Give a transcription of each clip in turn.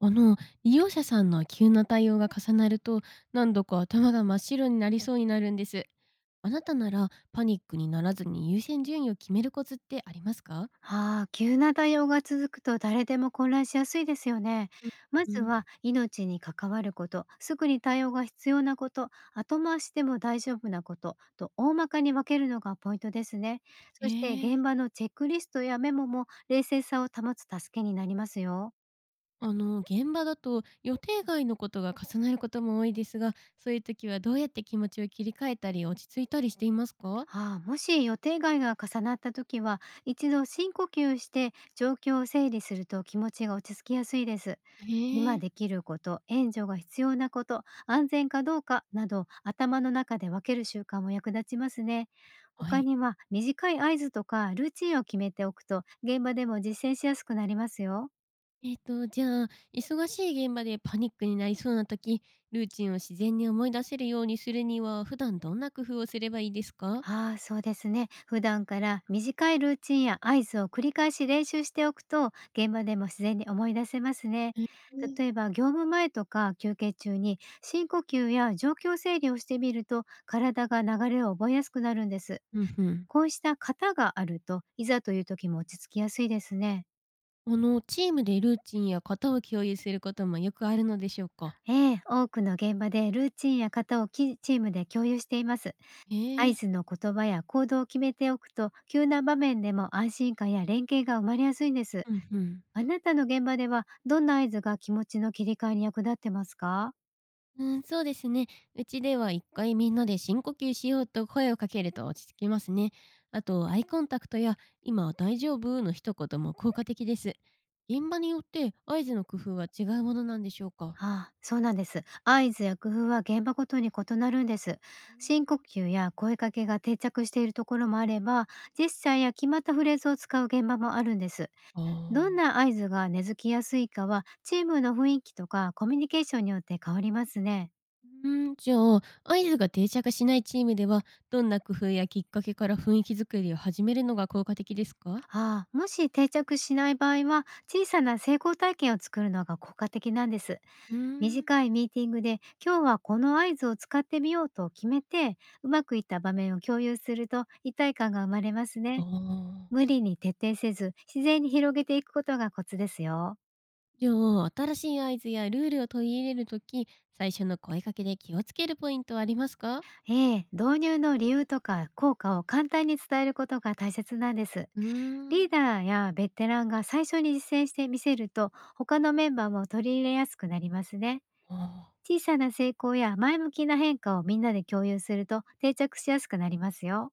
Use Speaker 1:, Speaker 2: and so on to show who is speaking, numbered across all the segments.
Speaker 1: あの、利用者さんの急な対応が重なると、何度か頭が真っ白になりそうになるんです。あなたならパニックにならずに優先順位を決めるコツってありますか？
Speaker 2: ああ、急な対応が続くと誰でも混乱しやすいですよね。ま
Speaker 1: う
Speaker 2: ず
Speaker 1: ん、
Speaker 2: は命に関わること、すぐに対応が必要なこと、後回しでも大丈夫なことと大まかに分けるのがポイントですね。
Speaker 1: え
Speaker 2: そして
Speaker 1: え。
Speaker 2: 現場のチェックリストやメモも冷静さを保つ助けになりますよ。
Speaker 1: 現場だと予定外のことが重なることも多いですが、そういう時はどうやって気持ちを切り替えたり落ち着いたりしていますか？
Speaker 2: ああ、もし予定外が重なった時は一度深呼吸して状況を整理すると気持ちが落ち着きやすいです。
Speaker 1: へえ
Speaker 2: 今
Speaker 1: ー。
Speaker 2: できること、援助が必要なこと、安全かどうかなど頭の中で分ける習慣も役立ちますね。
Speaker 1: は
Speaker 2: 他
Speaker 1: い。
Speaker 2: には短い合図とかルーチンを決めておくと現場でも実践しやすくなりますよ。
Speaker 1: じゃあ、忙しい現場でパニックになりそうな時、ルーチンを自然に思い出せるようにするには、普段どんな工夫をすればいいですか？
Speaker 2: ああそうですね。普段から短いルーチンや合図を繰り返し練習しておくと現場でも自然に思い出せますね。
Speaker 1: え。
Speaker 2: 例えば業務前とか休憩中に深呼吸や状況整理をしてみると体が流れを覚えやすくなるんです。
Speaker 1: うんうん。
Speaker 2: こうした型があると、いざという時も落ち着きやすいですね。
Speaker 1: チームでルーチンや型を共有することもよくあるのでしょうか？
Speaker 2: ええ、多くの現場でルーチンや型をきチームで共有しています。
Speaker 1: え
Speaker 2: 合
Speaker 1: え。
Speaker 2: 図の言葉や行動を決めておくと、急な場面でも安心感や連携が生まれやすいんです。
Speaker 1: うんうん。
Speaker 2: あなたの現場では、どんな合図が気持ちの切り替えに役立ってますか？
Speaker 1: うん、そうですね。うちでは一回みんなで深呼吸しようと声をかけると落ち着きますね。あとアイコンタクトや今は大丈夫の一言も効果的です。現場によって合図の工夫は違うものなんでしょうか？
Speaker 2: ああ、そうなんです。合図や工夫は現場ごとに異なるんです。深呼吸や声かけが定着しているところもあれば、ジェスチャーや決まったフレーズを使う現場もあるんです。
Speaker 1: あ
Speaker 2: どん
Speaker 1: あ。
Speaker 2: な合図が根付きやすいかは、チームの雰囲気とかコミュニケーションによって変わりますね。
Speaker 1: うーん、じゃあ、合図が定着しないチームでは、どんな工夫やきっかけから雰囲気作りを始めるのが効果的ですか？
Speaker 2: ああ、もし定着しない場合は、小さな成功体験を作るのが効果的なんです。
Speaker 1: うーん。
Speaker 2: 短いミーティングで、今日はこの合図を使ってみようと決めて、うまくいった場面を共有すると一体感が生まれます
Speaker 1: あ
Speaker 2: ね。
Speaker 1: あ。
Speaker 2: 無理に徹底せず、自然に広げていくことがコツですよ。
Speaker 1: じゃあ、新しい合図やルールを取り入れるとき、最初の声かけで気をつけるポイントはありますか？
Speaker 2: ええ、導入の理由とか効果を簡単に伝えることが大切なんです。
Speaker 1: うー
Speaker 2: リ
Speaker 1: ん。
Speaker 2: ーダーやベテランが最初に実践してみせると他のメンバーも取り入れやすくなりますね。
Speaker 1: ああ。
Speaker 2: 小さな成功や前向きな変化をみんなで共有すると定着しやすくなりますよ。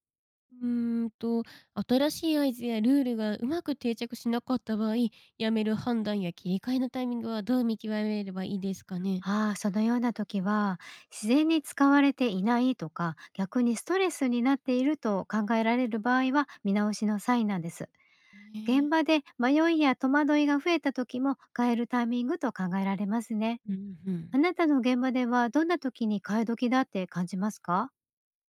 Speaker 1: うーんと、新しい合図やルールがうまく定着しなかった場合、やめる判断や切り替えのタイミングはどう見極めればいいですかね？
Speaker 2: ああ、そのような時は、自然に使われていないとか逆にストレスになっていると考えられる場合は見直しのサインなんです。
Speaker 1: え
Speaker 2: 現
Speaker 1: え。
Speaker 2: 場で迷いや戸惑いが増えた時も変えるタイミングと考えられますね。
Speaker 1: うん、うん。
Speaker 2: あなたの現場ではどんな時に変え時だって感じますか？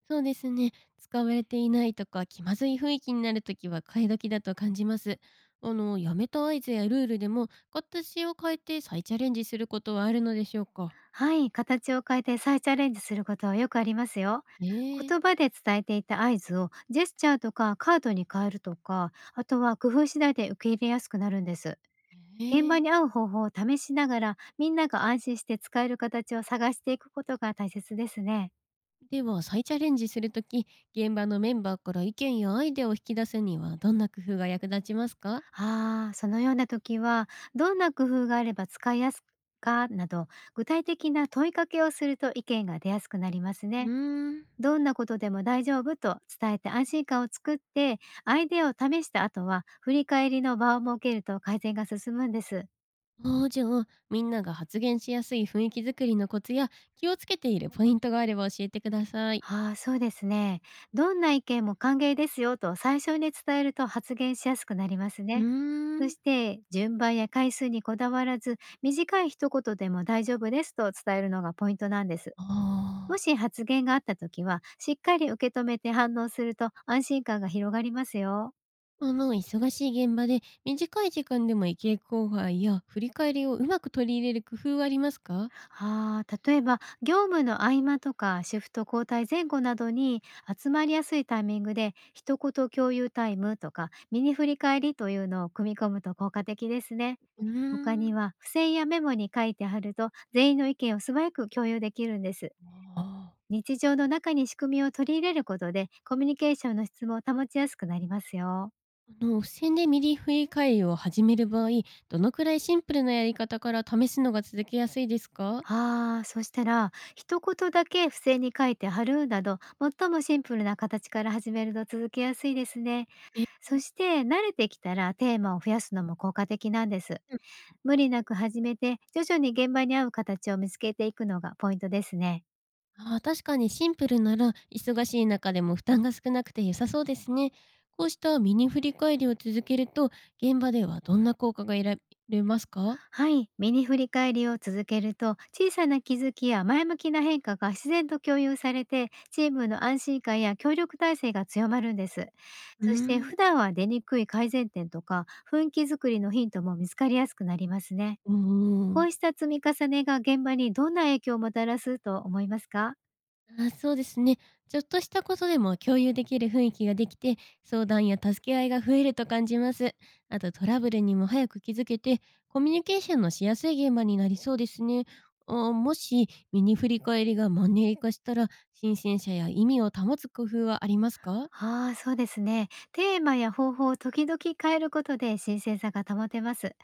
Speaker 1: そうですね。使われていないとか気まずい雰囲気になるときは買い時だと感じます。やめた合図やルールでも形を変えて再チャレンジすることはあるのでしょうか？
Speaker 2: はい、形を変えて再チャレンジすることはよくありますよ。
Speaker 1: ええ
Speaker 2: 言葉で伝えていた合図をジェスチャーとかカードに変えるとか、あとは工夫次第で受け入れやすくなるんです。
Speaker 1: え
Speaker 2: 現場
Speaker 1: え。
Speaker 2: に合う方法を試しながら、みんなが安心して使える形を探していくことが大切ですね。
Speaker 1: では再チャレンジするとき、現場のメンバーから意見やアイデアを引き出すにはどんな工夫が役立ちますか？
Speaker 2: ああ、そのような時は、どんな工夫があれば使いやすかなど、具体的な問いかけをすると意見が出やすくなります
Speaker 1: う
Speaker 2: ね。
Speaker 1: ーん。
Speaker 2: どんなことでも大丈夫と伝えて安心感を作って、アイデアを試した後は、振り返りの場を設けると改善が進むんです。
Speaker 1: ああ、じゃあ、みんなが発言しやすい雰囲気づくりのコツや気をつけているポイントがあれば教えてください。
Speaker 2: ああ、そうですね。どんな意見も歓迎ですよと最初に伝えると発言しやすくなります
Speaker 1: うー
Speaker 2: ね。そ
Speaker 1: ん。
Speaker 2: して、順番や回数にこだわらず、短い一言でも大丈夫ですと伝えるのがポイントなんです。
Speaker 1: あ
Speaker 2: も
Speaker 1: あ。
Speaker 2: し発言があった時は、しっかり受け止めて反応すると安心感が広がりますよ。
Speaker 1: 忙しい現場で短い時間でも意見交換や振り返りをうまく取り入れる工夫はありますか？
Speaker 2: ああ、例えば業務の合間とかシフト交代前後などに、集まりやすいタイミングで一言共有タイムとかミニ振り返りというのを組み込むと効果的ですね。
Speaker 1: うー
Speaker 2: 他に
Speaker 1: ん。
Speaker 2: は付箋やメモに書いてあると全員の意見を素早く共有できるんです。
Speaker 1: ああ、
Speaker 2: 日常の中に仕組みを取り入れることでコミュニケーションの質も保ちやすくなりますよ。
Speaker 1: 付箋でミリ振り返りを始める場合、どのくらいシンプルなやり方から試すのが続けやすいですか？
Speaker 2: ああ、そしたら一言だけ付箋に書いて貼るなど、最もシンプルな形から始めると続けやすいですね。
Speaker 1: えー。
Speaker 2: そして慣れてきたらテーマを増やすのも効果的なんです。無理なく始めて徐々に現場に合う形を見つけていくのがポイントですね。
Speaker 1: あー、確かにシンプルなら忙しい中でも負担が少なくて良さそうですね。こうしたミニ振り返りを続けると現場ではどんな効果が得られますか？
Speaker 2: はい、ミニ振り返りを続けると小さな気づきや前向きな変化が自然と共有されて、チームの安心感や協力体制が強まるんです。
Speaker 1: うー
Speaker 2: そして
Speaker 1: ん。
Speaker 2: 普段は出にくい改善点とか雰囲気作りのヒントも見つかりやすくなりますね。
Speaker 1: うんう
Speaker 2: こ
Speaker 1: ん。
Speaker 2: うした積み重ねが現場にどんな影響をもたらすと思いますか？
Speaker 1: あ、そうですね。ちょっとしたことでも共有できる雰囲気ができて、相談や助け合いが増えると感じます。あとトラブルにも早く気づけて、コミュニケーションのしやすい現場になりそうですね。あ、もし、ミニ振り返りがマンネリ化したら、新鮮さや意味を保つ工夫はありますか？
Speaker 2: ああ、そうですね。テーマや方法を時々変えることで新鮮さが保てます。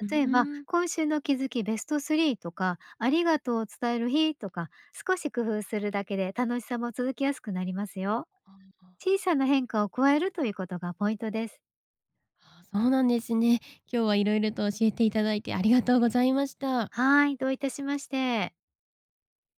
Speaker 1: う
Speaker 2: 例えば、
Speaker 1: ーん。
Speaker 2: 今週の気づきベスト3とか、ありがとうを伝える日とか、少し工夫するだけで楽しさも続きやすくなりますよ。
Speaker 1: あ、
Speaker 2: 小さな変化を加えるということがポイントです。
Speaker 1: そうなんですね。今日はいろいろと教えていただいてありがとうございました。
Speaker 2: はい、どういたしまして。